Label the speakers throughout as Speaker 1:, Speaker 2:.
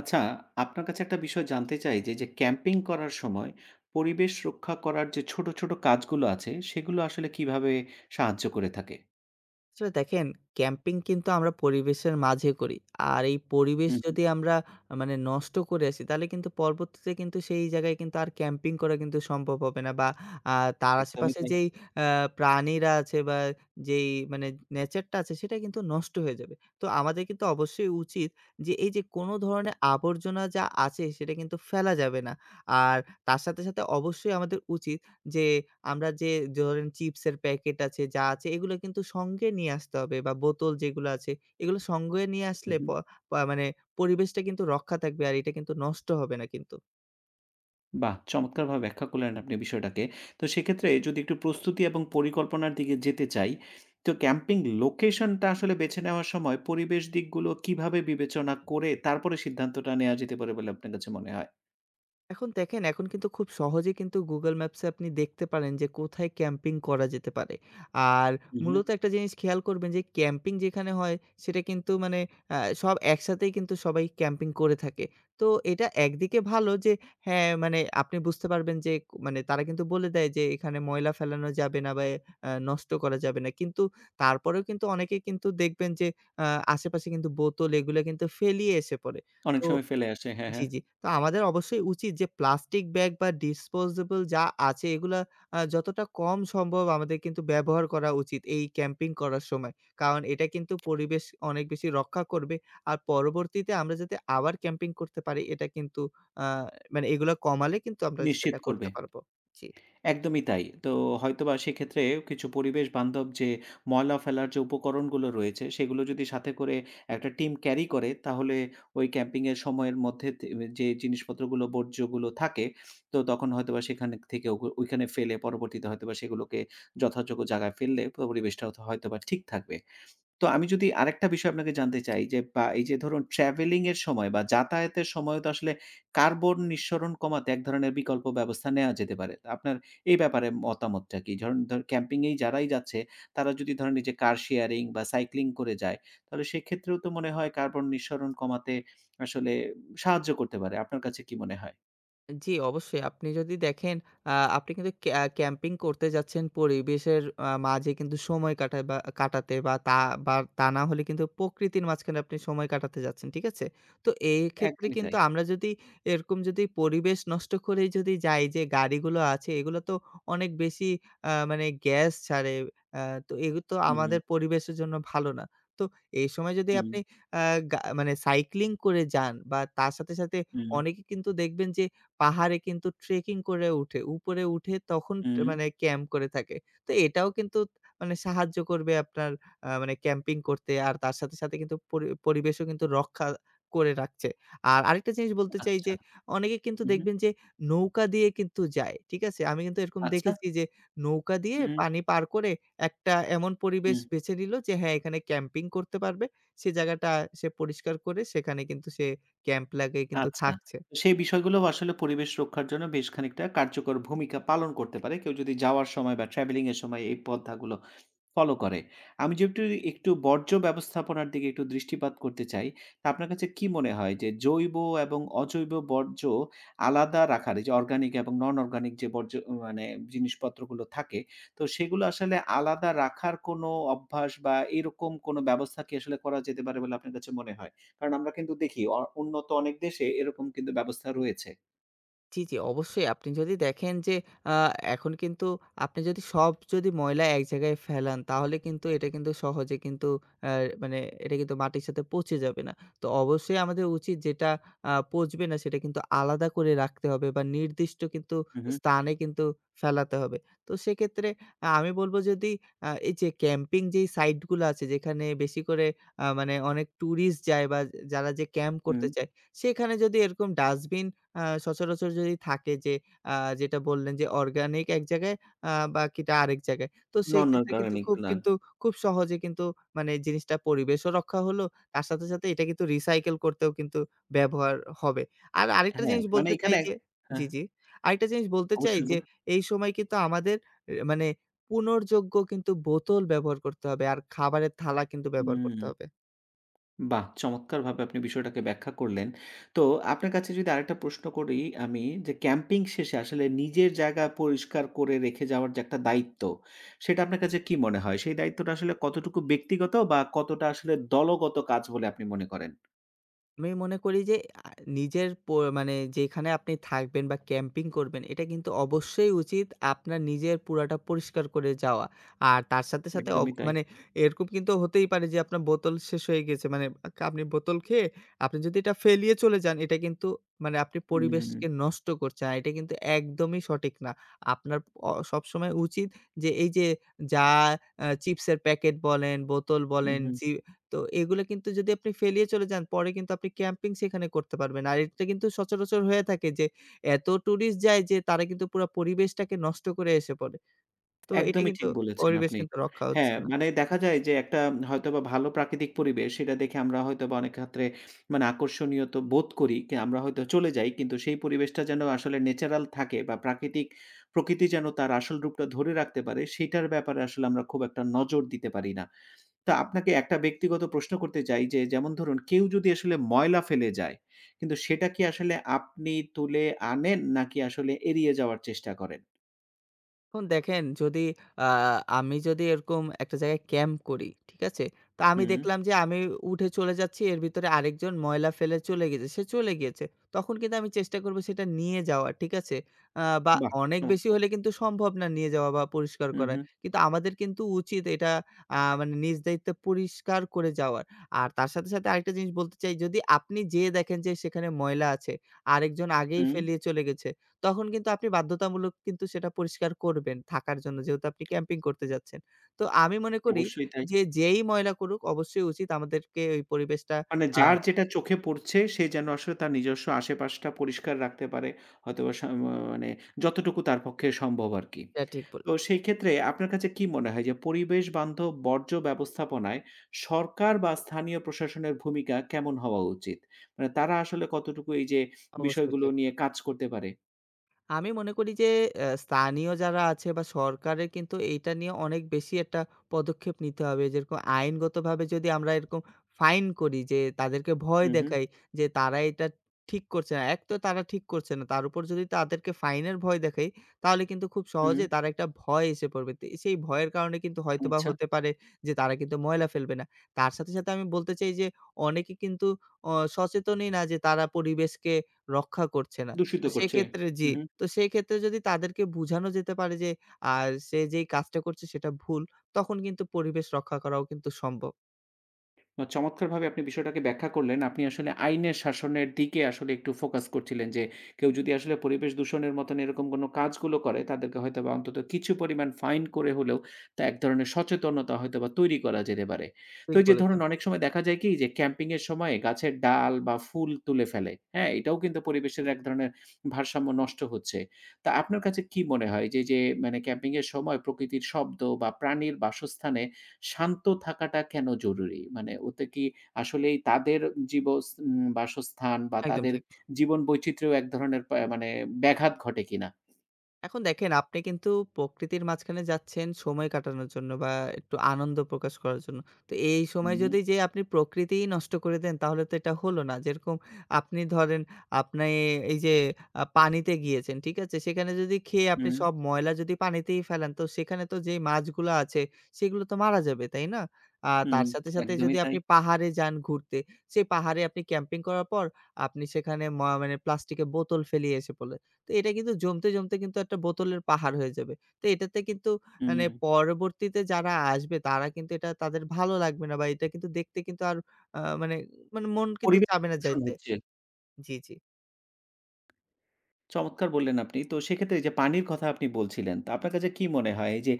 Speaker 1: আচ্ছা, আপনার কাছে একটা বিষয় জানতে চাই যে ক্যাম্পিং করার সময় পরিবেশ রক্ষা করার যে ছোট, ছোট কাজগুলো আছে সেগুলো আসলে কিভাবে সাহায্য করে থাকে?
Speaker 2: আসলে দেখেন, ক্যাম্পিং কিন্তু আমরা পরিবেশের মাঝে করি। আর এই পরিবেশ
Speaker 1: হু, হু,
Speaker 2: যদি আমরা মানে নষ্ট করে আসি তাহলে কিন্তু পরবর্তীতে কিন্তু সেই জায়গায় কিন্তু আর ক্যাম্পিং করা কিন্তু সম্ভব হবে না, বা আ তার
Speaker 1: একদমই
Speaker 2: আশেপাশে
Speaker 1: তাই।
Speaker 2: যেই আ প্রাণীরা আছে, বা যেই মানে নেচারটা আছে সেটা কিন্তু নষ্ট হয়ে যাবে। তো আমাদের কিন্তু অবশ্যই উচিত যে এই যে কোনো ধরনের আবর্জনা যা আছে সেটা কিন্তু ফেলা যাবে না। আর তার সাথে, সাথে অবশ্যই আমাদের উচিত যে আমরা যে ধরেন চিপসের প্যাকেট আছে, যা আছে এগুলো কিন্তু সঙ্গে নিয়ে আসতে হবে, বা বোতল যেগুলো আছে, এগুলো সঙ্গে নিয়ে
Speaker 1: হু,
Speaker 2: আসলে
Speaker 1: হু।
Speaker 2: প পা মানে পরিবেশটা কিন্তু রক্ষা থাকবে আর এটা কিন্তু নষ্ট হবে না কিন্তু।
Speaker 1: বাহ! চমৎকারভাবে ব্যাখ্যা করলেন আপনি বিষয়টাকে। তো সেক্ষেত্রে যদি একটু প্রস্তুতি এবং পরিকল্পনার দিকে যেতে চাই, তো ক্যাম্পিং লোকেশনটা আসলে বেছে নেওয়ার সময় পরিবেশ দিকগুলো কিভাবে বিবেচনা করে তারপরে সিদ্ধান্তটা নেওয়া যেতে পারে বলে আপনার কাছে মনে হয়?
Speaker 2: এখন দেখেন, এখন কিন্তু খুব সহজেই কিন্তু Google Maps এ আপনি দেখতে পারেন যে কোথায় ক্যাম্পিং করা যেতে পারে। আর
Speaker 1: হু, হু।
Speaker 2: মূলত একটা জিনিস খেয়াল করবেন যে ক্যাম্পিং যেখানে হয় সেটা কিন্তু মানে সব একসাথেই কিন্তু সবাই ক্যাম্পিং করে থাকে। তো এটা একদিকে ভালো যে হ্যাঁ, মানে আপনি বুঝতে পারবেন যে মানে তারা কিন্তু বলে দেয় যে এখানে ময়লা ফেলানো যাবে না, বা নষ্ট করা যাবে না। কিন্তু তারপরেও কিন্তু অনেকে কিন্তু দেখবেন যে আ আশেপাশে কিন্তু বোতল এগুলা কিন্তু ফেলিয়ে এসে পড়ে।
Speaker 1: অনেক
Speaker 2: তো
Speaker 1: সময় ফেলে আসে। হ্যাঁ,
Speaker 2: জি,
Speaker 1: হ্যাঁ।
Speaker 2: জি। তো আমাদের অবশ্যই উচিত যে প্লাস্টিক ব্যাগ বা ডিসপোজেবল যা আছে এগুলা যতটা কম সম্ভব আমাদের কিন্তু ব্যবহার করা উচিত এই ক্যাম্পিং করার সময়। কারণ এটা কিন্তু পরিবেশ অনেক বেশি রক্ষা করবে। আর পরবর্তীতে আমরা যাতে আবার ক্যাম্পিং করতে পারি এটা কিন্তু আ মানে এগুলা কমালে কিন্তু আমরা
Speaker 1: নিশ্চিত
Speaker 2: সেটা
Speaker 1: করবে।
Speaker 2: করতে পারব। জি।
Speaker 1: একদমই তাই। তো হয়তোবা সেক্ষেত্রে কিছু পরিবেশ বান্ধব যে ময়লা ফেলার যে উপকরণগুলো রয়েছে, সেগুলো যদি সাথে করে একটা টিম ক্যারি করে, তাহলে ওই ক্যাম্পিং এর সময়ের মধ্যে তে যে জিনিসপত্রগুলো, বর্জ্যগুলো থাকে, তো তখন হয়তোবা সেখান থেকে ওইখানে ফেলে পরবর্তীতে হয়তোবা সেগুলোকে যথাযোগ্য জায়গায় ফেললে পরিবেশটাও হয়তোবা ঠিক থাকবে। তো আমি যদি আরেকটা বিষয় আপনাকে জানতে চাই যে বা এই যে ধরুন ট্রাভেলিং এর সময় বা যাতায়াতের সময়ও তো আসলে কার্বন নিঃসরণ কমাতে এক ধরনের বিকল্প ব্যবস্থা নেওয়া যেতে পারে। তা আপনার এই ব্যাপারে মতামতটা কি? ধরুন ক্যাম্পিং এই যারাই যাচ্ছে তারা যদি ধরেন এই যে কার শেয়ারিং বা সাইক্লিং করে যায়, তাহলে সেক্ষেত্রেও তো মনে হয় কার্বন নিঃসরণ কমাতে আসলে সাহায্য করতে পারে। আপনার কাছে কি মনে হয়?
Speaker 2: জি, অবশ্যই। আপনি যদি দেখেন আপনি কিন্তু ক্যাম্পিং করতে যাচ্ছেন পরিবেশের মাঝে কিন্তু সময় কাটায় বা কাটাতে, বা তা না হলে কিন্তু প্রকৃতির মাঝখানে আপনি সময় কাটাতে যাচ্ছেন। ঠিক আছে? তো এক্ষেত্রে
Speaker 1: একদমই
Speaker 2: কিন্তু
Speaker 1: তাই।
Speaker 2: আমরা যদি এরকম যদি পরিবেশ নষ্ট করেই যদি যাই, যে গাড়িগুলো আছে এগুলো তো অনেক বেশি মানে গ্যাস ছাড়ে। আ তো এগুলো তো
Speaker 1: হুম, হুম,
Speaker 2: আমাদের পরিবেশের জন্য ভালো না। তো এই সময় যদি
Speaker 1: হুম,
Speaker 2: আপনি আ গা মানে সাইক্লিং করে যান, বা তার সাথে, সাথে
Speaker 1: হুম,
Speaker 2: অনেকে কিন্তু দেখবেন যে পাহাড়ে কিন্তু ট্রেকিং করে উঠে, উপরে উঠে তখন
Speaker 1: হুম
Speaker 2: মানে ক্যাম্প করে থাকে। তো এটাও কিন্তু মানে সাহায্য করবে আপনার মানে ক্যাম্পিং করতে। আর তার সাথে, সাথে কিন্তু পরিবেশও কিন্তু রক্ষা করে রাখছে। আর আরেকটা জিনিস বলতে চাই
Speaker 1: আচ্ছা।
Speaker 2: যে, অনেকে কিন্তু
Speaker 1: হুম,
Speaker 2: দেখবেন যে নৌকা দিয়ে কিন্তু যায়। ঠিক আছে? আমি কিন্তু এরকম
Speaker 1: আচ্ছা।
Speaker 2: দেখেছি যে নৌকা দিয়ে
Speaker 1: হুম,
Speaker 2: পানি পার করে একটা এমন পরিবেশ
Speaker 1: হুম।
Speaker 2: বেছে নিল যে হ্যাঁ, এখানে ক্যাম্পিং করতে পারবে। সে জায়গাটা সে পরিষ্কার করে সেখানে কিন্তু সে ক্যাম্প লাগিয়ে কিন্তু
Speaker 1: আচ্ছা।
Speaker 2: থাকছে।
Speaker 1: তো সেই বিষয়গুলোও আসলে পরিবেশ রক্ষার জন্য বেশ খানিকটা কার্যকর ভূমিকা পালন করতে পারে। কেউ যদি যাওয়ার সময় বা ট্রাভেলিং এর সময় এই পন্থাগুলো ফলো করে। আমি যেহেতু একটু বর্জ্য ব্যবস্থাপনার দিকে একটু দৃষ্টিপাত করতে চাই, তা আপনার কাছে কি মনে হয় যে জৈব এবং অজৈব বর্জ্য আলাদা রাখার এই যে অর্গানিক এবং নন অর্গানিক যে বর্জ্য মানে জিনিসপত্রগুলো থাকে, তো সেগুলো আসলে আলাদা রাখার কোনো অভ্যাস বা এরকম কোনো ব্যবস্থা কি আসলে করা যেতে পারে বলে আপনার কাছে মনে হয়? কারণ আমরা কিন্তু দেখি উন্নত অনেক দেশে এরকম কিন্তু ব্যবস্থা রয়েছে।
Speaker 2: জি, জি, অবশ্যই। আপনি যদি দেখেন যে আ এখন কিন্তু আপনি যদি সব যদি ময়লা এক জায়গায় ফেলান তাহলে কিন্তু এটা কিন্তু সহজে কিন্তু আ মানে এটা কিন্তু মাটির সাথে পচে যাবে না। তো অবশ্যই আমাদের উচিত যেটা পচবে না সেটা কিন্তু আলাদা করে রাখতে হবে, বা নির্দিষ্ট কিন্তু
Speaker 1: হু, হু,
Speaker 2: স্থানে কিন্তু ফেলাতে হবে। তো সেক্ষেত্রে আমি বলব, যদি এই যে ক্যাম্পিং যেই সাইট গুলো আছে যেখানে বেশি করে মানে অনেক টুরিস্ট যায়, বা যারা যে ক্যাম্প
Speaker 1: হু।
Speaker 2: করতে চায়, সেখানে যদি এরকম ডাস্টবিন সচরাচর যদি থাকে, যে আ যেটা বললেন যে অর্গানিক এক জায়গায়, বাকিটা আরেক জায়গায়। তো
Speaker 1: নন
Speaker 2: সেক্ষেত্রে কিন্তু
Speaker 1: অর্গানিক না।
Speaker 2: খুব সহজে কিন্তু মানে জিনিসটা পরিবেশও রক্ষা হলো। তার সাথে, সাথে এটা কিন্তু রিসাইকেল করতেও কিন্তু ব্যবহার হবে। আর আরেকটা
Speaker 1: হ্যাঁ,
Speaker 2: জিনিস
Speaker 1: মানে
Speaker 2: বলতে চাই
Speaker 1: এখানে
Speaker 2: যে জি,
Speaker 1: হ্যাঁ,
Speaker 2: জি। আরেকটা জিনিস বলতে চাই
Speaker 1: অবশ্যই
Speaker 2: যে
Speaker 1: বলুন।
Speaker 2: এই সময় কিন্তু আমাদের মানে পুনর্যোগ্য কিন্তু বোতল ব্যবহার করতে হবে। আর খাবারের থালা কিন্তু ব্যবহার
Speaker 1: হুম।
Speaker 2: করতে হবে।
Speaker 1: বাহ! চমৎকারভাবে আপনি বিষয়টাকে ব্যাখ্যা করলেন। তো আপনার কাছে যদি আরেকটা প্রশ্ন করি আমি যে ক্যাম্পিং শেষে আসলে নিজের জায়গা পরিষ্কার করে রেখে যাওয়ার যে একটা দায়িত্ব, সেটা আপনার কাছে কি মনে হয়? সেই দায়িত্বটা আসলে কতটুকু ব্যক্তিগত বা কতটা আসলে দলগত কাজ বলে আপনি মনে করেন?
Speaker 2: আমি মনে করি যে আ নিজের মানে যেখানে আপনি থাকবেন বা ক্যাম্পিং করবেন এটা কিন্তু অবশ্যই উচিত আপনার নিজের পুরাটা পরিষ্কার করে যাওয়া। আর তার সাথে,
Speaker 1: একদমই
Speaker 2: সাথে
Speaker 1: একদমই তাই।
Speaker 2: মানে এরকম কিন্তু হতেই পারে যে আপনার বোতল শেষ হয়ে গেছে। মানে আপনি বোতল খেয়ে আপনি যদি এটা ফেলিয়ে চলে যান এটা কিন্তু মানে আপনি
Speaker 1: হুম, হুম,
Speaker 2: পরিবেশকে নষ্ট করছেন। আর এটা কিন্তু একদমই সঠিক না। আপনার সবসময় উচিত যে এই যে যা চিপসের প্যাকেট বলেন, বোতল বলেন,
Speaker 1: হুম।
Speaker 2: জি, তো এগুলো কিন্তু যদি আপনি ফেলিয়ে চলে যান, পরে কিন্তু আপনি ক্যাম্পিং সেখানে করতে পারবেন। আর এটা কিন্তু সচরাচর হয়ে থাকে যে এত টুরিস্ট যায় যে তারা কিন্তু পুরা পরিবেশটাকে নষ্ট করে এসে পড়ে। তো এটা
Speaker 1: একদমই
Speaker 2: কিন্তু
Speaker 1: ঠিক বলেছেন
Speaker 2: পরিবেশ
Speaker 1: আপনি।
Speaker 2: কিন্তু রক্ষা হচ্ছে
Speaker 1: হ্যাঁ,
Speaker 2: না।
Speaker 1: মানে দেখা যায় যে একটা হয়তোবা ভালো প্রাকৃতিক পরিবেশ সেটা দেখে আমরা হয়তোবা অনেক ক্ষেত্রে মানে আকর্ষণীয় তো বোধ করি। কি আমরা হয়তো চলে যাই। কিন্তু সেই পরিবেশটা যেন আসলে ন্যাচারাল থাকে বা প্রাকৃতিক প্রকৃতি যেন তার আসল রূপটা ধরে রাখতে পারে সেটার ব্যাপারে আসলে আমরা খুব একটা নজর দিতে পারি না। তো আপনাকে একটা ব্যক্তিগত প্রশ্ন করতে চাই যে যেমন ধরুন কেউ যদি আসলে ময়লা ফেলে যায়, কিন্তু সেটা কি আসলে আপনি তুলে আনেন নাকি আসলে এড়িয়ে যাওয়ার চেষ্টা করেন?
Speaker 2: এখন দেখেন, যদি আ আমি যদি এরকম একটা জায়গায় ক্যাম্প করি, ঠিক আছে? তো আমি
Speaker 1: হুম,
Speaker 2: দেখলাম যে আমি উঠে চলে যাচ্ছি, এর ভিতরে আরেকজন ময়লা ফেলে চলে গেছে। সে চলে গিয়েছে। তখন কিন্তু আমি চেষ্টা করব সেটা নিয়ে যাওয়ার, ঠিক আছে? বা
Speaker 1: বাহ!
Speaker 2: অনেক বেশি
Speaker 1: চমৎকার।
Speaker 2: হলে কিন্তু সম্ভব না নিয়ে যাওয়া বা পরিষ্কার
Speaker 1: হু,
Speaker 2: করা।
Speaker 1: হু।
Speaker 2: কিন্তু আমাদের কিন্তু উচিত এটা মানে নিজ দায়িত্বে পরিষ্কার করে যাওয়ার। আর তার সাথে, সাথে আরেকটা জিনিস বলতে চাই, যদি আপনি যেয়ে দেখেন যে সেখানে ময়লা আছে, আরেকজন আগেই
Speaker 1: হুম,
Speaker 2: ফেলিয়ে চলে গেছে। তখন কিন্তু আপনি বাধ্যতামূলক কিন্তু সেটা পরিষ্কার করবেন থাকার জন্য। যেহেতু আপনি ক্যাম্পিং করতে যাচ্ছেন। তো আমি মনে করি
Speaker 1: অবশ্যই তাই।
Speaker 2: যে, যেই ময়লা করুক অবশ্যই উচিত আমাদেরকে ওই পরিবেশটা,
Speaker 1: মানে
Speaker 2: আ
Speaker 1: যার যেটা চোখে পড়ছে সে যেন আসলে তার নিজস্ব আশেপাশটা পরিষ্কার রাখতে পারে। হয়তোবা সা মা মানে যতটুকু তার পক্ষে সম্ভব আরকি।
Speaker 2: এটা ঠিক
Speaker 1: তো সেই ক্ষেত্রে আপনার কাছে কি মনে হয় যে পরিবেশ বান্ধব বর্জ্য ব্যবস্থাপনায় সরকার বা স্থানীয় প্রশাসনের ভূমিকা কেমন হওয়া উচিত? মানে তারা আসলে কতটুকু এই যে
Speaker 2: অবশ্যই
Speaker 1: বিষয়গুলো
Speaker 2: ঠিক।
Speaker 1: নিয়ে কাজ করতে পারে?
Speaker 2: আমি মনে করি যে স্থানীয় যারা আছে বা সরকারের কিন্তু এইটা নিয়ে অনেক বেশি একটা পদক্ষেপ নিতে হবে। যেরকম আইনগতভাবে যদি আমরা এরকম ফাইন করি, যে তাদেরকে ভয়
Speaker 1: হু, হু,
Speaker 2: দেখাই যে তারা এটা ঠিক করছে না। এক তো তারা ঠিক করছে না। তার উপর যদি তাদেরকে ফাইনের ভয় দেখাই তাহলে কিন্তু খুব সহজে তারা একটা ভয় এসে পড়বে। তো সেই ভয়ের কারণে কিন্তু
Speaker 1: হু,
Speaker 2: হয়তোবা
Speaker 1: আচ্ছা।
Speaker 2: হতে পারে যে তারা কিন্তু ময়লা ফেলবে না। তার সাথে, সাথে আমি বলতে চাই যে অনেকে কিন্তু সচেতনই না যে তারা পরিবেশকে রক্ষা করছে না।
Speaker 1: দূষিত
Speaker 2: তো
Speaker 1: করছে।
Speaker 2: সেক্ষেত্রে
Speaker 1: হু,
Speaker 2: জি।
Speaker 1: হু।
Speaker 2: তো সেই ক্ষেত্রে যদি তাদেরকে বুঝানো যেতে পারে যে আ সে যেই কাজটা করছে সেটা ভুল, তখন কিন্তু পরিবেশ রক্ষা করাও কিন্তু সম্ভব।
Speaker 1: বা চমৎকারভাবে আপনি বিষয়টাকে ব্যাখ্যা করলেন। আপনি আসলে আইনের শাসনের দিকে আসলে একটু ফোকাস করছিলেন যে, কেউ যদি আসলে পরিবেশ দূষণের মতন এরকম কোনো কাজগুলো করে, তাদেরকে হয়তোবা অন্তত কিছু পরিমাণ ফাইন করে হলেও তা এক ধরনের সচেতনতা হয়তোবা তৈরি করা যেতে পারে। তো
Speaker 2: ঠিক
Speaker 1: এই যে ধরুন
Speaker 2: বলেছেন।
Speaker 1: অনেক সময় দেখা যায় কি যে, ক্যাম্পিং এর সময় গাছের ডাল বা ফুল তুলে ফেলে। হ্যাঁ? এটাও কিন্তু পরিবেশের এক ধরনের ভারসাম্য নষ্ট হচ্ছে। তা আপনার কাছে কি মনে হয় যে, মানে ক্যাম্পিং এর সময় প্রকৃতির শব্দ বা প্রাণীর বাসস্থানে শান্ত থাকাটা কেন জরুরি? মানে ওতে কি আসলেই তাদের জীবস উম বাসস্থান বা
Speaker 2: একদম
Speaker 1: তাদের
Speaker 2: ঠিক।
Speaker 1: জীবন বৈচিত্র্যেও এক ধরনের মানে ব্যাঘাত ঘটে কিনা?
Speaker 2: এখন দেখেন, আপনি কিন্তু প্রকৃতির মাঝখানে যাচ্ছেন সময় কাটানোর জন্য, বা একটু আনন্দ প্রকাশ করার জন্য। তো এই সময়
Speaker 1: হুম,
Speaker 2: যদি যেয়ে আপনি প্রকৃতিই নষ্ট করে দেন তাহলে তো এটা হলো না। যেরকম আপনি ধরেন আপনি এই যে পানিতে গিয়েছেন, ঠিক আছে? সেখানে যদি খেয়ে আপনি
Speaker 1: হুম,
Speaker 2: সব ময়লা যদি পানিতেই ফেলেন, তো সেখানে তো যেই মাছগুলো আছে সেগুলো তো মারা যাবে, তাই না?
Speaker 1: হুম,
Speaker 2: তার সাথে, সাথে
Speaker 1: একদমই
Speaker 2: যদি
Speaker 1: তাই।
Speaker 2: আপনি পাহাড়ে যান ঘুরতে, সেই পাহাড়ে আপনি ক্যাম্পিং করার পর আপনি সেখানে মানে প্লাস্টিকের বোতল ফেলিয়ে এসে পড়লেন। তো এটা কিন্তু জমতে, জমতে কিন্তু একটা বোতলের পাহাড় হয়ে যাবে। তো এটাতে কিন্তু মানে
Speaker 1: হুম,
Speaker 2: পরবর্তীতে যারা আসবে তারা কিন্তু এটা তাদের ভালো লাগবে না, বা এটা কিন্তু দেখতে কিন্তু আর মানে, মানে মন কিন্তু
Speaker 1: পরিবেশ
Speaker 2: চাবে না
Speaker 1: দূষণ
Speaker 2: যাইতে।
Speaker 1: হচ্ছে।
Speaker 2: জি, জি।
Speaker 1: চমৎকার বললেন আপনি। তো সেক্ষেত্রে এই যে পানির কথা আপনি বলছিলেন। তো আপনার কাছে কি মনে হয় এই যে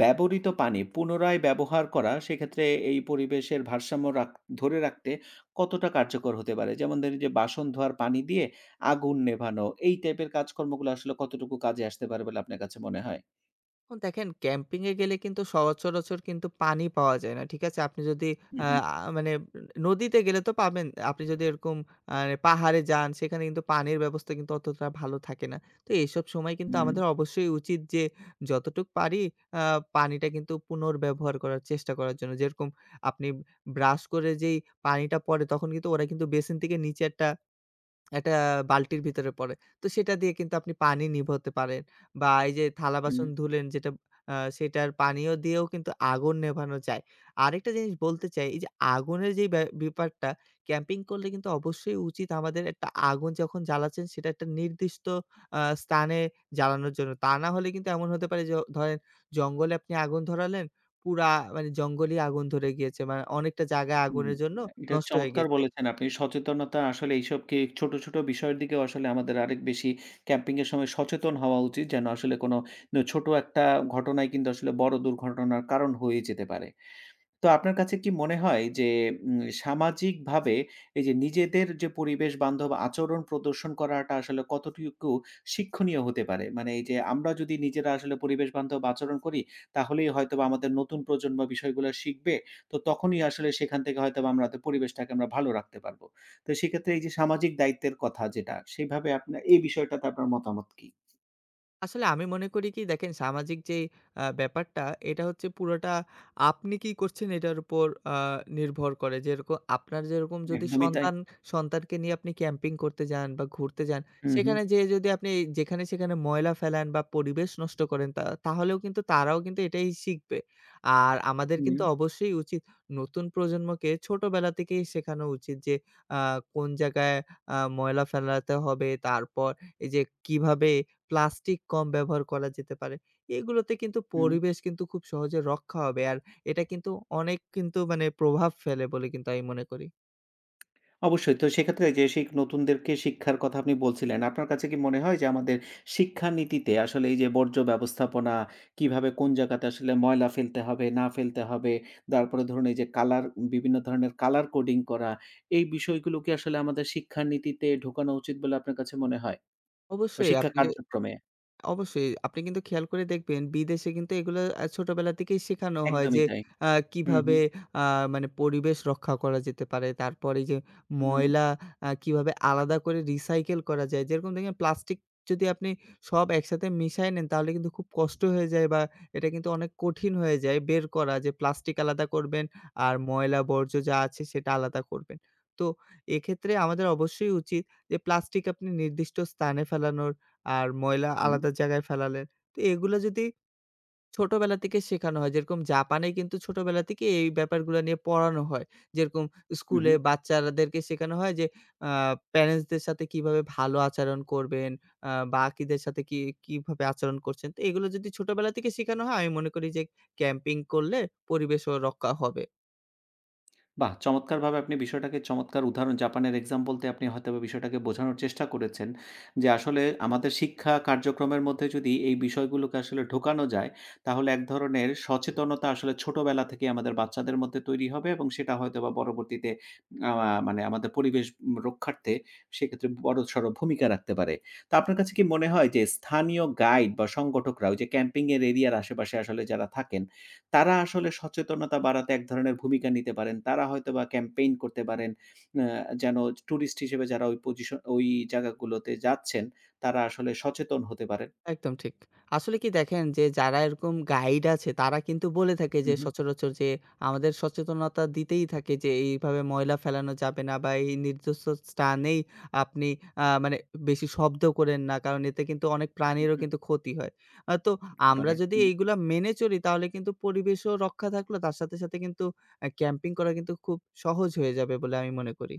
Speaker 1: ব্যবহৃত পানি পুনরায় ব্যবহার করা সেক্ষেত্রে এই পরিবেশের ভারসাম্য রাখ ধরে রাখতে কতটা কার্যকর হতে পারে? যেমন ধরেন যে বাসন ধোয়ার পানি দিয়ে আগুন নেভানো এই টাইপের কাজকর্মগুলো আসলে কতটুকু কাজে আসতে পারে বলে আপনার কাছে মনে হয়?
Speaker 2: এখন দেখেন, ক্যাম্পিং এ গেলে কিন্তু সচরাচর কিন্তু পানি পাওয়া যায় না। ঠিক আছে? আপনি যদি
Speaker 1: হু,
Speaker 2: আ
Speaker 1: হু।
Speaker 2: আ মানে নদীতে গেলে তো পাবেন। আপনি যদি এরকম মানে পাহাড়ে যান সেখানে কিন্তু পানির ব্যবস্থা কিন্তু অতটা ভালো থাকে না। তো এসব সময় কিন্তু
Speaker 1: হুম,
Speaker 2: আমাদের অবশ্যই উচিত যে যতটুক পারি আ পানিটা কিন্তু পুনর্ব্যবহার করার চেষ্টা করার জন্য। যেরকম আপনি ব্রাশ করে যেই পানিটা পড়ে তখন কিন্তু ওরা কিন্তু বেসিন থেকে নিচে একটা একটা বালতির ভিতরে পড়ে। তো সেটা দিয়ে কিন্তু আপনি পানি নিভোতে পারেন, বা এই যে
Speaker 1: হুম।
Speaker 2: থালা-বাসন ধুলেন যেটা সেটার পানীয় দিয়েও কিন্তু আগুন নেভানো যায়। আরেকটা জিনিস বলতে চাই এই যে আগুনের যেই ব্যাপারটা, ক্যাম্পিং করলে কিন্তু অবশ্যই উচিত আমাদের একটা আগুন যখন জ্বালাচ্ছেন সেটা একটা নির্দিষ্ট স্থানে জ্বালানোর জন্য। তা না হলে কিন্তু এমন হতে পারে যে ধরেন জঙ্গলে আপনি আগুন ধরালেন, পুরা মানে জঙ্গলই আগুন ধরে গিয়েছে। মানে অনেকটা জায়গায়
Speaker 1: হুম,
Speaker 2: আগুনের জন্য
Speaker 1: এটা
Speaker 2: নষ্ট হয়ে
Speaker 1: চমৎকার
Speaker 2: গিয়েছে।
Speaker 1: বলেছেন আপনি। সচেতনতা আসলে এইসবকে ছোট, ছোট বিষয়ের দিকেও আসলে আমাদের আরেক বেশি ক্যাম্পিং এর সময় সচেতন হওয়া উচিত। যেন আসলে কোনো ছোট একটা ঘটনাই কিন্তু আসলে বড় দুর্ঘটনার কারণ হয়ে যেতে পারে। তো আপনার কাছে কি মনে হয় যে সামাজিকভাবে এই যে নিজেদের যে পরিবেশ বান্ধব আচরণ প্রদর্শন করাটা আসলে কতটুকু শিক্ষণীয় হতে পারে? মানে এই যে আমরা যদি নিজেরা আসলে পরিবেশ বান্ধব আচরণ করি তাহলেই হয়তোবা আমাদের নতুন প্রজন্ম বিষয়গুলো শিখবে। তো তখনই আসলে সেখান থেকে হয়তোবা আমরা আমাদের পরিবেশটাকে আমরা ভালো রাখতে পারব। তো সেক্ষেত্রে এই যে সামাজিক দায়িত্বের কথা যেটা সেভাবে আপনার এই বিষয়টাতে আপনার মতামত কি?
Speaker 2: আসলে আমি মনে করি কি, দেখেন সামাজিক যে ব্যাপারটা, এটা হচ্ছে পুরোটা আপনি কি করছেন এটার উপর আ নির্ভর করে। যেরকম আপনার যেরকম যদি
Speaker 1: একদমই তাই।
Speaker 2: সন্তানকে নিয়ে আপনি ক্যাম্পিং করতে যান বা ঘুরতে যান,
Speaker 1: হু, হু,
Speaker 2: সেখানে যেয়ে যদি আপনি যেখানে সেখানে ময়লা ফেলান বা পরিবেশ নষ্ট করেন তা, তাহলেও কিন্তু তারাও কিন্তু এটাই শিখবে। আর আমাদের
Speaker 1: হু,
Speaker 2: কিন্তু অবশ্যই উচিত নতুন প্রজন্মকে ছোটবেলা থেকেই শেখানো উচিত যে আ কোন জায়গায় ময়লা ফেলাতে হবে, তারপর এই যে কিভাবে প্লাস্টিক কম ব্যবহার করা যেতে পারে। এগুলোতে কিন্তু
Speaker 1: হু।
Speaker 2: পরিবেশ কিন্তু খুব সহজে রক্ষা হবে। আর এটা কিন্তু অনেক কিন্তু মানে প্রভাব ফেলে বলে কিন্তু আমি মনে করি।
Speaker 1: অবশ্যই। তো সেক্ষেত্রে যে নতুনদেরকে শিক্ষার কথা আপনি বলছিলেন। আপনার কাছে কি মনে হয় যে আমাদের শিক্ষানীতিতে আসলে এই যে বর্জ্য ব্যবস্থাপনা, কিভাবে কোন জায়গাতে আসলে ময়লা ফেলতে হবে, না ফেলতে হবে, তারপরে ধরুন এই যে বিভিন্ন ধরনের কালার কোডিং করা, এই বিষয়গুলো কি আসলে আমাদের শিক্ষানীতিতে ঢোকানো উচিত বলে আপনার কাছে মনে হয়? বা
Speaker 2: অবশ্যই
Speaker 1: শিক্ষা
Speaker 2: আপনি যদি
Speaker 1: কার্যক্রমে?
Speaker 2: অবশ্যই। আপনি কিন্তু খেয়াল করে দেখবেন বিদেশে কিন্তু এগুলো ছোটবেলা থেকেই শেখানো হয়
Speaker 1: একদমই
Speaker 2: যে
Speaker 1: তাই। হুম,
Speaker 2: কিভাবে
Speaker 1: হুম,
Speaker 2: আ মানে পরিবেশ রক্ষা করা যেতে পারে। তারপরে যে
Speaker 1: হুম,
Speaker 2: ময়লা কিভাবে আলাদা করে রিসাইকেল করা যায়। যেরকম দেখেন প্লাস্টিক যদি আপনি সব একসাথে মিশায় নেন তাহলে কিন্তু খুব কষ্ট হয়ে যায়, বা এটা কিন্তু অনেক কঠিন হয়ে যায় বের করা যে প্লাস্টিক আলাদা করবেন, আর ময়লা বর্জ্য যা আছে সেটা আলাদা করবেন। তো এক্ষেত্রে আমাদের অবশ্যই উচিত যে প্লাস্টিক আপনি নির্দিষ্ট স্থানে ফেলানোর, আর ময়লা
Speaker 1: হুম,
Speaker 2: আলাদা জায়গায় ফেলালেন। তো এগুলো যদি ছোটবেলা থেকে শেখানো হয়, যেরকম জাপানে কিন্তু ছোটবেলা থেকে এই ব্যাপারগুলো নিয়ে পড়ানো হয়। যেরকম স্কুলে
Speaker 1: হুম।
Speaker 2: বাচ্চাদেরকে শেখানো হয় যে আ প্যারেন্টসদের সাথে কিভাবে ভালো আচরণ করবেন, বাকিদের সাথে কি কিভাবে আচরণ করছেন। তো এগুলো যদি ছোটবেলা থেকে শেখানো হয়, আমি মনে করি যে ক্যাম্পিং করলে পরিবেশও রক্ষা হবে।
Speaker 1: বাহ! চমৎকারভাবে আপনি বিষয়টাকে চমৎকার উদাহরণ জাপানের এক্সাম্পল দিয়ে আপনি হয়তোবা বিষয়টাকে বোঝানোর চেষ্টা করেছেন। যে আসলে আমাদের শিক্ষা কার্যক্রমের মধ্যে যদি এই বিষয়গুলোকে আসলে ঢোকানো যায়, তাহলে এক ধরনের সচেতনতা আসলে ছোটবেলা থেকেই আমাদের বাচ্চাদের মধ্যে তৈরি হবে এবং সেটা হয়তোবা পরবর্তীতে আ মানে আমাদের পরিবেশ রক্ষার্থে সেক্ষেত্রে বড়সড় ভূমিকা রাখতে পারে। তো আপনার কাছে কি মনে হয় যে স্থানীয় গাইড বা সংগঠকরা ওই যে ক্যাম্পিং এর এরিয়ার আশেপাশে আসলে যারা থাকেন, তারা আসলে সচেতনতা বাড়াতে এক ধরনের ভূমিকা নিতে পারেন। তারা হয়তোবা ক্যাম্পেইন করতে পারেন। আ যেন টুরিস্ট হিসেবে যারা ওই জায়গাগুলোতে যাচ্ছেন, তারা আসলে সচেতন হতে পারেন।
Speaker 2: একদম ঠিক। আসলে কি দেখেন যে যারা এরকম গাইড আছে তারা কিন্তু বলে থাকে যে
Speaker 1: উহু,
Speaker 2: সচরাচর যে আমাদের সচেতনতা দিতেই থাকে যে এইভাবে ময়লা ফেলানো যাবে না, বা এই নির্দিষ্ট স্থানেই আপনি মানে বেশি শব্দ করেন না। কারণ এতে কিন্তু অনেক প্রাণীরও কিন্তু ক্ষতি হয়। তো
Speaker 1: হতে
Speaker 2: আমরা
Speaker 1: পারে।
Speaker 2: যদি এইগুলা মেনে চলি তাহলে কিন্তু পরিবেশও রক্ষা থাকলো, তার সাথে, সাথে কিন্তু ক্যাম্পিং করা কিন্তু খুব সহজ হয়ে যাবে বলে আমি মনে করি।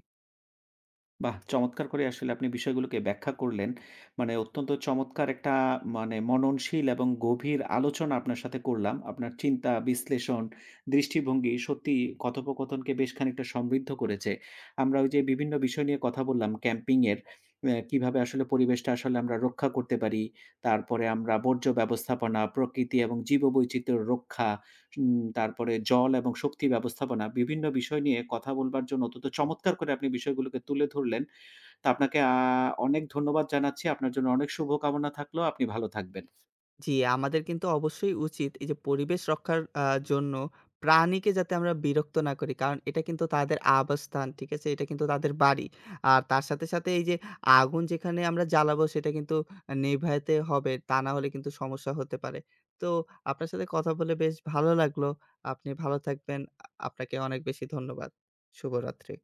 Speaker 1: বাহ! চমৎকার করে আসলে আপনি বিষয়গুলোকে ব্যাখ্যা করলেন। মানে অত্যন্ত চমৎকার একটা মানে মননশীল এবং গভীর আলোচনা আপনার সাথে করলাম। আপনার চিন্তা, বিশ্লেষণ, দৃষ্টিভঙ্গি সত্যিই কথোপকথনকে বেশ খানিকটা সমৃদ্ধ করেছে। আমরা ওই যে বিভিন্ন বিষয় নিয়ে কথা বললাম ক্যাম্পিং এর, কিভাবে আসলে পরিবেশটা আসলে আমরা রক্ষা করতে পারি। তারপরে আমরা বর্জ্য ব্যবস্থাপনা, প্রকৃতি এবং জীববৈচিত্র্য রক্ষা তারপরে জল এবং শক্তি ব্যবস্থাপনা বিভিন্ন বিষয় নিয়ে কথা বলবার জন্য অত্যন্ত চমৎকার করে আপনি বিষয়গুলোকে তুলে ধরলেন। তো আপনাকে অনেক ধন্যবাদ জানাচ্ছি। আপনার জন্য অনেক শুভকামনা থাকলো। আপনি ভালো থাকবেন।
Speaker 2: জি, আমাদের কিন্তু অবশ্যই উচিত এই যে পরিবেশ রক্ষার জন্য প্রাণীকে যাতে আমরা বিরক্ত না করি। কারণ এটা কিন্তু তাদের আবাসস্থান, ঠিক আছে? এটা কিন্তু তাদের বাড়ি। আর তার সাথে, সাথে এই যে আগুন যেখানে আমরা জ্বালাবো সেটা কিন্তু নেভাতে হবে। তা না হলে কিন্তু সমস্যা হতে পারে। তো আপনার সাথে কথা বলে বেশ ভালো লাগলো। আপনি ভালো থাকবেন। আপনাকে অনেক বেশি ধন্যবাদ। শুভরাত্রি।